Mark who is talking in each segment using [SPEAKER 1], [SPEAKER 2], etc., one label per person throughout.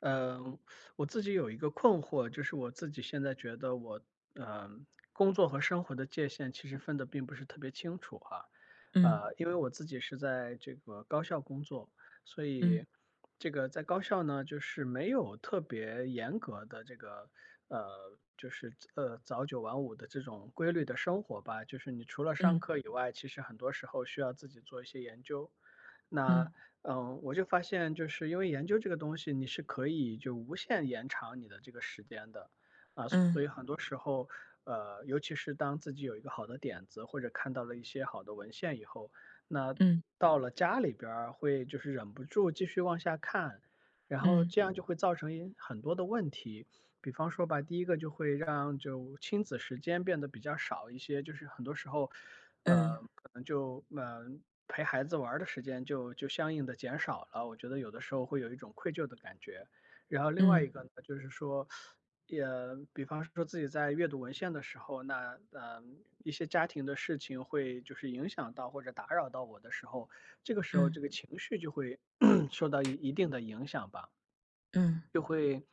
[SPEAKER 1] 嗯，我自己有一个困惑，就是我自己现在觉得我，呃，工作和生活的界限其实分得并不是特别清楚哈。
[SPEAKER 2] 嗯
[SPEAKER 1] 因为我自己是在这个高校工作，所
[SPEAKER 2] 嗯
[SPEAKER 1] 以这个在高校呢，就是没有特别严格的这个，早九晚五的这种规律的生活吧。就是你除了上
[SPEAKER 2] 嗯
[SPEAKER 1] 课以外，其实很多时候需要自己做一些研究。那
[SPEAKER 2] 嗯
[SPEAKER 1] 嗯，我就发现就是因为研究这个东西，你是可以就无限延长你的这个时间的，啊，所
[SPEAKER 2] 嗯
[SPEAKER 1] 以很多时候，尤其是当自己有一个好的点子，或者看到了一些好的文献以后，那
[SPEAKER 2] 嗯
[SPEAKER 1] 到了家里边儿会就是忍不住继续往下看，然后
[SPEAKER 2] 嗯
[SPEAKER 1] 这样就会造成一很多的问题。比方说吧，第一个就会让就亲子时间变得比较少一些，就是很多时候，
[SPEAKER 2] 嗯嗯
[SPEAKER 1] 呃，可能就嗯呃陪孩子玩儿的时间就相应的减少了。我觉得有的时候会有一种愧疚的感觉。然后另外一
[SPEAKER 2] 嗯
[SPEAKER 1] 个呢，就是说，也比方说自己在阅读文献的时候，一些家庭的事情会就是影响到或者打扰到我的时候，这个时候
[SPEAKER 2] 嗯
[SPEAKER 1] 这个情绪就会 受到一定的影响吧。就会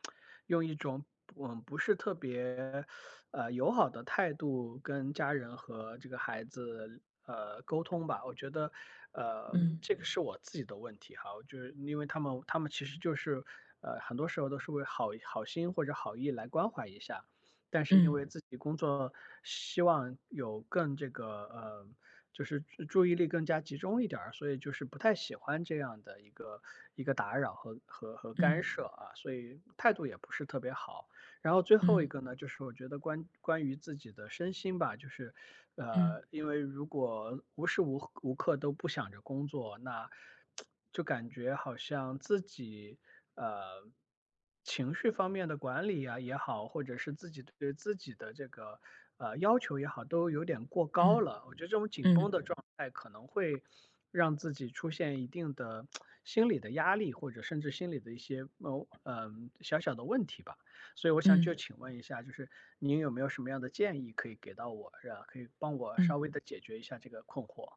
[SPEAKER 1] 用一种不是特别友好的态度跟家人和这个孩子沟通吧。我觉得
[SPEAKER 2] 嗯
[SPEAKER 1] 这个是我自己的问题哈，我就是因为他们其实就是很多时候都是为好心或者好意来关怀一下，
[SPEAKER 2] 嗯
[SPEAKER 1] 但是因
[SPEAKER 2] 嗯
[SPEAKER 1] 为
[SPEAKER 2] 嗯
[SPEAKER 1] 自己工作希望有更这个就是注意力更加集中一点儿，所以就是不太喜欢这样的一个打扰和干
[SPEAKER 2] 嗯
[SPEAKER 1] 涉啊，所以态度也不是特别好。然后最后一
[SPEAKER 2] 嗯
[SPEAKER 1] 个呢，就是我觉得关于自己的身心吧，就是，因为如果无时无刻都不想着工作，那就感觉好像自己呃情绪方面的管理啊也好，或者是自己对自己的这个要求也好，都有点过高
[SPEAKER 2] 嗯
[SPEAKER 1] 了。我觉得这种紧绷
[SPEAKER 2] 嗯
[SPEAKER 1] 的状态可能会让自己出现一定的心理的压力，或者甚至心理的一些小小的问题吧。所以我想
[SPEAKER 2] 嗯
[SPEAKER 1] 就请问一下，就是您有没有什么样的建议可以给到我，是吧？可以帮我稍微的解决一下这个困惑。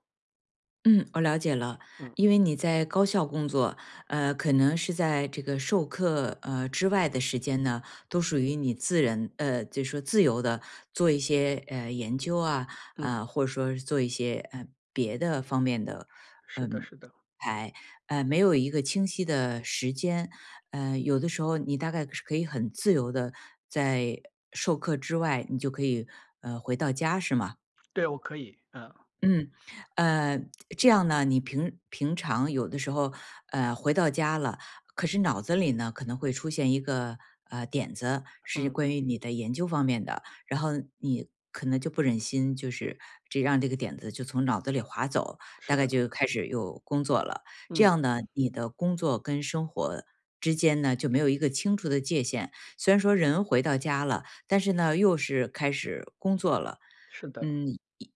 [SPEAKER 2] 嗯，我了解了。
[SPEAKER 1] 嗯。
[SPEAKER 2] 因为你在高校工作，可能是在这个授课之外的时间呢，都属于你自人就是说自由的做一些研究啊，
[SPEAKER 1] 嗯，
[SPEAKER 2] 或者说是做一些别的方面的，
[SPEAKER 1] 是的
[SPEAKER 2] 嗯、
[SPEAKER 1] 是的。
[SPEAKER 2] 排，没有一个清晰的时间，有的时候你大概是可以很自由的在授课之外，你就可以，回到家是吗？
[SPEAKER 1] 对，我可以，嗯。
[SPEAKER 2] 嗯，呃，这样呢，你平常有的时候，回到家了，可是脑子里呢可能会出现一个点子，是
[SPEAKER 1] 嗯，
[SPEAKER 2] 关于你的研究方面的，然后你可能就不忍心，就是这让这个点子就从脑子里划走，
[SPEAKER 1] 是
[SPEAKER 2] 大概
[SPEAKER 1] 的。
[SPEAKER 2] 就开始有工作了。这
[SPEAKER 1] 嗯，
[SPEAKER 2] 样呢，你的工作跟生活之间呢就没有一个清楚的界限。虽然说人回到家了，但是呢又是开始工作了。
[SPEAKER 1] 是的。
[SPEAKER 2] 嗯，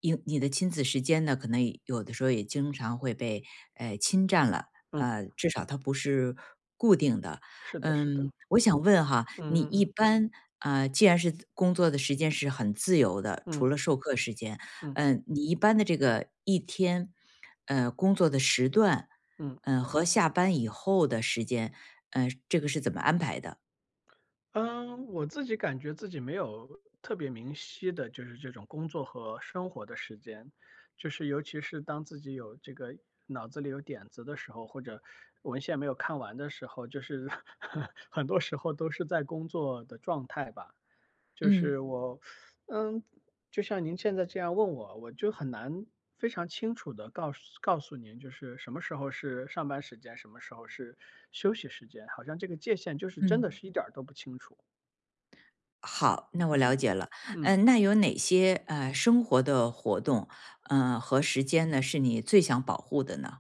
[SPEAKER 2] 因你的亲子时间呢，可能也有的时候也经常会被，侵占了，
[SPEAKER 1] 嗯，
[SPEAKER 2] 至少它不是固定的。
[SPEAKER 1] 是的是的。
[SPEAKER 2] 嗯，我想问哈，你
[SPEAKER 1] 嗯嗯嗯。
[SPEAKER 2] 一般，既然是工作的时间是很自由的，
[SPEAKER 1] 嗯。
[SPEAKER 2] 除了授课时间，
[SPEAKER 1] 嗯。
[SPEAKER 2] 嗯，你一般的这个一天，工作的时段，
[SPEAKER 1] 嗯。
[SPEAKER 2] 嗯，和下班以后的时间，这个是怎么安排的？
[SPEAKER 1] 嗯，我自己感觉自己没有特别明晰的，就是这种工作和生活的时间，就是尤其是当自己有这个脑子里有点子的时候，或者文献没有看完的时候，就是 很多时候都是在工作的状态吧。就是
[SPEAKER 2] 嗯。
[SPEAKER 1] 我，嗯，就像您现在这样问我，我就很难非常清楚的告诉您，就是什么时候是上班时间，什么时候是休息时间，好像这个界限就是真
[SPEAKER 2] 嗯
[SPEAKER 1] 的
[SPEAKER 2] 嗯。
[SPEAKER 1] 是一点儿都不清楚。
[SPEAKER 2] 好，那我了
[SPEAKER 1] 嗯。
[SPEAKER 2] 解了。
[SPEAKER 1] 嗯。
[SPEAKER 2] 嗯，那有哪些生活的活动，嗯和时间呢，是你最想保护的呢？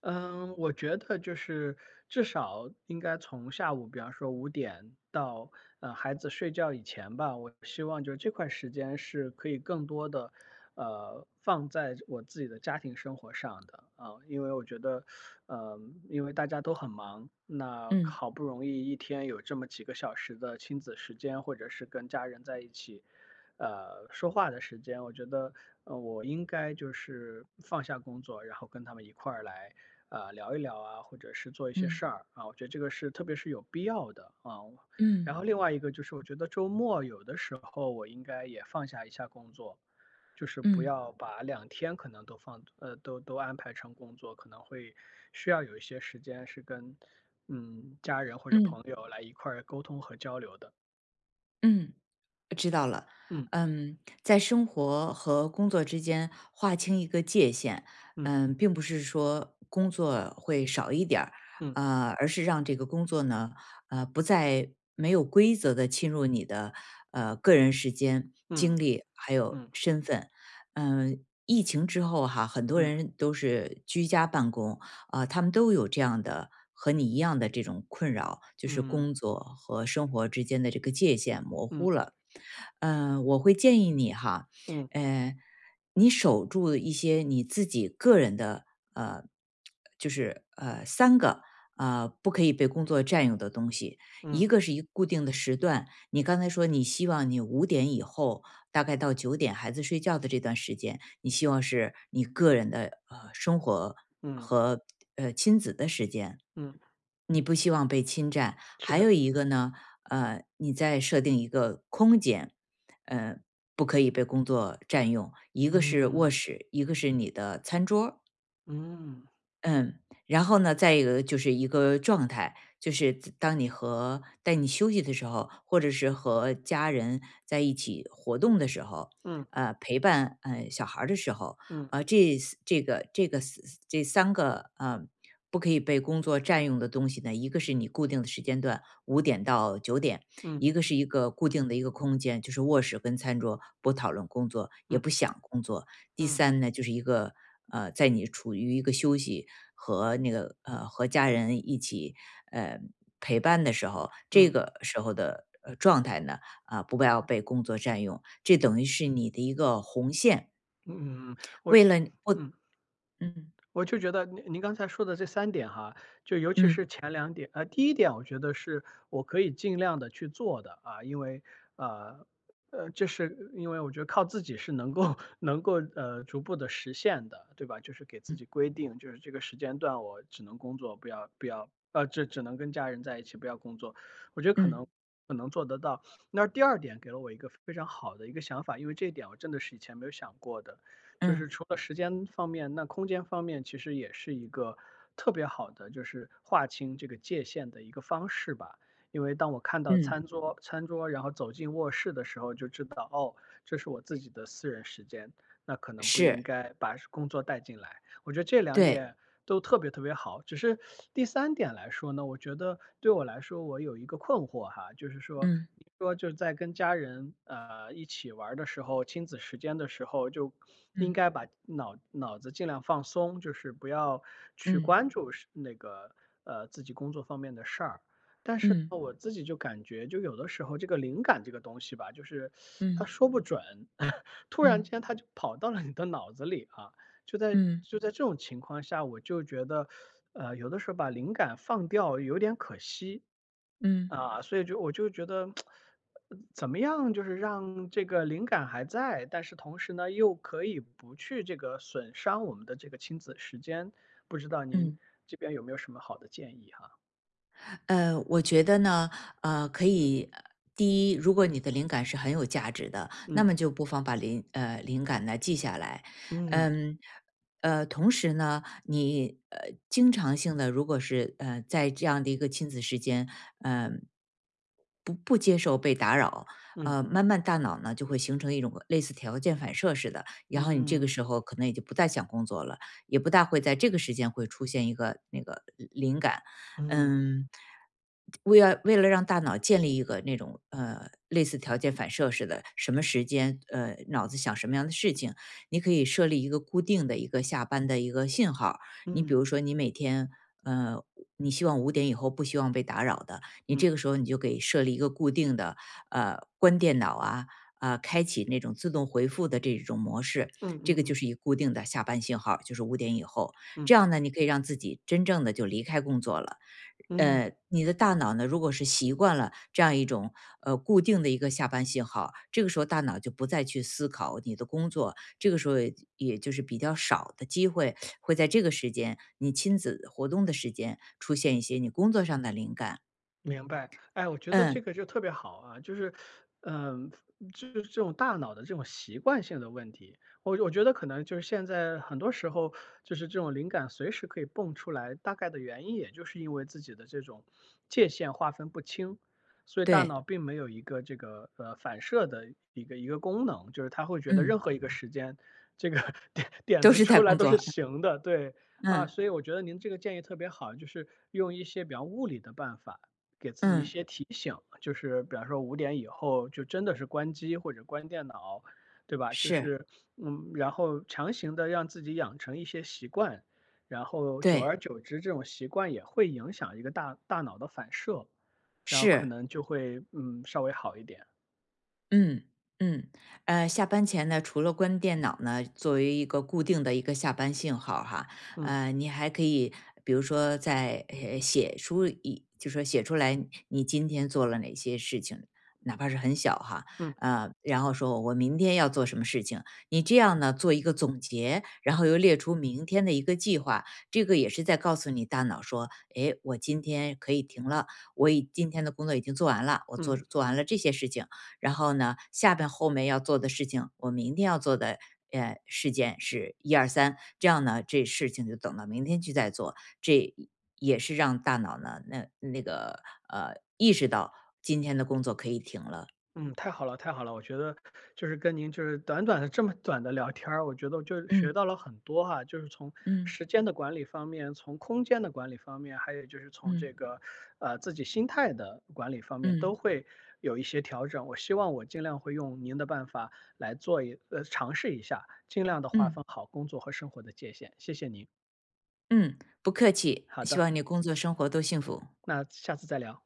[SPEAKER 1] 嗯，我觉得就是至少应该从下午，比方说五点到孩子睡觉以前吧，我希望就这块时间是可以更多的放在我自己的家庭生活上的啊。因为我觉得，呃，因为大家都很忙，那
[SPEAKER 2] 嗯
[SPEAKER 1] 好不容易一天有这么几个小时的亲子时间，或者是跟家人在一起。说话的时间，我觉得，我应该就是放下工作，然后跟他们一块儿来，啊，聊一聊啊，或者是做一些
[SPEAKER 2] 嗯
[SPEAKER 1] 事儿啊，我觉得这个是特别是有必要的啊。然
[SPEAKER 2] 嗯
[SPEAKER 1] 后另外一个就是，我觉得周末有的时候我应该也放下一下工作，就是不
[SPEAKER 2] 嗯
[SPEAKER 1] 要把两天可能都放呃都都安排成工作，可能会需要有一些时间是跟家人或者朋
[SPEAKER 2] 嗯
[SPEAKER 1] 友来一块儿沟通和交流的。
[SPEAKER 2] 嗯。知道了，
[SPEAKER 1] 嗯
[SPEAKER 2] 嗯，在生活和工作之间划清一个界限，
[SPEAKER 1] 嗯
[SPEAKER 2] 嗯，并不是说工作会少一点儿，
[SPEAKER 1] 嗯
[SPEAKER 2] 而是让这个工作呢，不再没有规则的侵入你的个人时间、
[SPEAKER 1] 嗯
[SPEAKER 2] 精力还有
[SPEAKER 1] 嗯
[SPEAKER 2] 身份，嗯。疫情之后哈，很多
[SPEAKER 1] 嗯
[SPEAKER 2] 人都是居家办公、啊、他们都有这样的和你一样的这种困扰，就是
[SPEAKER 1] 嗯
[SPEAKER 2] 工作和生活之间的这个界限模
[SPEAKER 1] 嗯
[SPEAKER 2] 糊了。嗯，我会建议你哈，
[SPEAKER 1] 嗯嗯
[SPEAKER 2] 呃，你守住一些你自己个人的，呃，就是三个不可以被工作占用的东西，一
[SPEAKER 1] 嗯
[SPEAKER 2] 个是一固定的时段，你刚才说你希望你五点以后，大概到九点孩子睡觉的这段时间，你希望是你个人的生活
[SPEAKER 1] 嗯。
[SPEAKER 2] 和亲子的时间，
[SPEAKER 1] 嗯，
[SPEAKER 2] 你不希望被侵占，
[SPEAKER 1] 是
[SPEAKER 2] 还
[SPEAKER 1] 的。
[SPEAKER 2] 有一个呢，你再设定一个空间，呃，不可以被工作占用，一个是卧
[SPEAKER 1] 嗯
[SPEAKER 2] 室，一个是你的餐桌儿
[SPEAKER 1] 嗯。
[SPEAKER 2] 嗯，然后呢，再一个就是一个状态，就是自当你和带你休息的时候，或者是和家人在一起活动的时候，
[SPEAKER 1] 嗯
[SPEAKER 2] 陪伴小孩儿的时候，
[SPEAKER 1] 嗯
[SPEAKER 2] 呃，这四这个这个四这三个呃不可以被工作占用的东西呢，一个是你固定的时间段，5点到9点，
[SPEAKER 1] 嗯
[SPEAKER 2] 一个是一个固定的一个空间，就是卧室跟餐桌，不讨论工作，也
[SPEAKER 1] 嗯
[SPEAKER 2] 不想工作，第
[SPEAKER 1] 嗯嗯
[SPEAKER 2] 三呢，就是一个在你处于一个休息和那个呃和家人一起呃陪伴的时候，这
[SPEAKER 1] 嗯
[SPEAKER 2] 个时候的状态呢，啊、不要被工作占用，这等于是你的一个红线。
[SPEAKER 1] 嗯。我
[SPEAKER 2] 为了你不，
[SPEAKER 1] 嗯。
[SPEAKER 2] 嗯
[SPEAKER 1] 我就觉得您刚才说的这三点哈，就尤其
[SPEAKER 2] 嗯
[SPEAKER 1] 是前两点。第一点我觉得是我可以尽量的去做的啊。因为，呃，这是因为我觉得靠自己是能够 能够，逐步的实现的，对吧？就是给自己规定，就是这个时间段我只能工作，不要不要呃，只只能跟家人在一起，不要工作。我觉得
[SPEAKER 2] 嗯
[SPEAKER 1] 可能做得到。那第二点给了我一个非常好的一个想法，因为这一点我真的是以前没有想过的，就
[SPEAKER 2] 嗯
[SPEAKER 1] 是除了时间方面，那空间方面其实也是一个特别好的，就是划清这个界限的一个方式吧。因为当我看到
[SPEAKER 2] 嗯，
[SPEAKER 1] 餐桌，然后走进卧室的时候，就知道哦，这是我自己的私人时间，那可能不
[SPEAKER 2] 是
[SPEAKER 1] 应该把工作带进来。我觉得这两
[SPEAKER 2] 对，
[SPEAKER 1] 点都特别特别好。只是第三点来说呢，我觉得对我来说，我有一个困惑哈。就是说，
[SPEAKER 2] 嗯
[SPEAKER 1] 你说就是在跟家人，一起玩儿的时候，亲子时间的时候，就应
[SPEAKER 2] 嗯
[SPEAKER 1] 该把脑子尽量放松，就是不要去
[SPEAKER 2] 嗯
[SPEAKER 1] 关注是那个，自己工作方面的事儿。但是
[SPEAKER 2] 嗯
[SPEAKER 1] 呢，我自己就感觉就有的时候这个灵感这个东西吧，就是它
[SPEAKER 2] 嗯
[SPEAKER 1] 说不准。突然
[SPEAKER 2] 嗯
[SPEAKER 1] 间它就跑到了你的脑子里啊。
[SPEAKER 2] 嗯
[SPEAKER 1] 就在这种情况下，我就觉得，有的时候把灵感放掉有点可惜，
[SPEAKER 2] 嗯嗯
[SPEAKER 1] 啊，所以就我就觉得，怎么样就是让这个灵感还在，但是同时呢又可以不去这个损伤我们的这个亲子时间，不知道您
[SPEAKER 2] 嗯。
[SPEAKER 1] 这边有没有什么好的建议哈？
[SPEAKER 2] 我觉得呢，可以，第一，如果你的灵感是很有价值的，那
[SPEAKER 1] 嗯
[SPEAKER 2] 么就不妨把灵感呢记下来，
[SPEAKER 1] 嗯
[SPEAKER 2] 嗯，同时呢，你经常性的，如果是在这样的一个亲子时间，嗯、呃不接受被打扰，
[SPEAKER 1] 嗯
[SPEAKER 2] 慢慢大脑呢就会形成一种类似条件反射似的，然后你这个
[SPEAKER 1] 嗯
[SPEAKER 2] 时候可能也就不再想工作了，也不大会在这个时间会出现一个那个灵感。
[SPEAKER 1] 嗯
[SPEAKER 2] 嗯，为了让大脑建立一个那种类似条件反射似的，什么时间脑子想什么样的事情，你可以设立一个固定的一个下班的一个信号。
[SPEAKER 1] 嗯
[SPEAKER 2] 你比
[SPEAKER 1] 嗯
[SPEAKER 2] 如说，你每天呃，你希望五点以后不希望被打扰的，你
[SPEAKER 1] 嗯
[SPEAKER 2] 这个时候你就给设立一个固定的关电脑啊。啊、开启那种自动回复的这种模式，
[SPEAKER 1] 嗯嗯嗯
[SPEAKER 2] 这
[SPEAKER 1] 嗯
[SPEAKER 2] 个就
[SPEAKER 1] 嗯
[SPEAKER 2] 是一固定的下班信号，就是五点以后。
[SPEAKER 1] 嗯
[SPEAKER 2] 这样呢，你可以让自己真正的就离开工作了，
[SPEAKER 1] 嗯。
[SPEAKER 2] 你的大脑呢，如果是习惯了这样一种固定的一个下班信号，这个时候大脑就不再去思考你的工作，这个时候也就是比较少的机会会在这个时间，你亲子活动的时间出现一些你工作上的灵感。
[SPEAKER 1] 明白，哎，我觉得这
[SPEAKER 2] 嗯，
[SPEAKER 1] 个就特别好啊。就是，嗯，就是这种大脑的这种习惯性的问题，我觉得可能就是现在很多时候就是这种灵感随时可以蹦出来，大概的原因也就是因为自己的这种界限划分不清，所以大
[SPEAKER 2] 对，
[SPEAKER 1] 脑并没有一个这个反射的一个功能，就是它会觉得任
[SPEAKER 2] 嗯，
[SPEAKER 1] 何一个时间这个 点
[SPEAKER 2] 都
[SPEAKER 1] 子
[SPEAKER 2] 是在
[SPEAKER 1] 出来
[SPEAKER 2] 工
[SPEAKER 1] 都是
[SPEAKER 2] 作，
[SPEAKER 1] 行的。对啊，
[SPEAKER 2] 嗯
[SPEAKER 1] 所以我觉得您这个建议特别好，就是用一些比较物理的办法。给自己一
[SPEAKER 2] 嗯，
[SPEAKER 1] 些提醒，就是比方说五点以后就真的是关机或者关电脑，对吧？就
[SPEAKER 2] 是，
[SPEAKER 1] 是嗯，然后强行的让自己养成一些习惯，然后久
[SPEAKER 2] 对，
[SPEAKER 1] 而久之，这种习惯也会影响一个大脑的反射，然后可
[SPEAKER 2] 是。
[SPEAKER 1] 能就会稍微好一点。
[SPEAKER 2] 嗯嗯，下班前呢，除了关电脑呢，作为一个固定的一个下班信号儿哈，
[SPEAKER 1] 嗯
[SPEAKER 2] 你还可以比如说写出一，就说写出来你今天做了哪些事情，哪怕是很小哈，
[SPEAKER 1] 嗯
[SPEAKER 2] 然后说我明天要做什么事情，你这样呢做一个总结，然后又列出明天的一个计划，这个也是在告诉你大脑说，诶，我今天可以停了，今天的工作已经做完了，我
[SPEAKER 1] 嗯。
[SPEAKER 2] 做完了这些事情。然后呢，下边后面要做的事情，我明天要做的事件是1、2、3，这样呢，这事情就等到明天去再做，这也是让大脑呢意识到今天的工作可以停了。
[SPEAKER 1] 嗯，太好了，太好了！我觉得就是跟您就是短短的这么短的聊天儿，我觉得就学
[SPEAKER 2] 嗯
[SPEAKER 1] 到了很多哈。就是从
[SPEAKER 2] 嗯
[SPEAKER 1] 时间的管理方面，从空间的管理方面，还有就是从
[SPEAKER 2] 嗯
[SPEAKER 1] 这个自己心态的管理方面，
[SPEAKER 2] 嗯
[SPEAKER 1] 都会有一些调整。我希望我尽量会用您的办法来尝试一下，尽量的划
[SPEAKER 2] 嗯
[SPEAKER 1] 分好工作和生活的界限。谢谢您。
[SPEAKER 2] 嗯，不客气，
[SPEAKER 1] 好
[SPEAKER 2] 希
[SPEAKER 1] 的，
[SPEAKER 2] 望你工作生活都幸福。
[SPEAKER 1] 那下次再聊。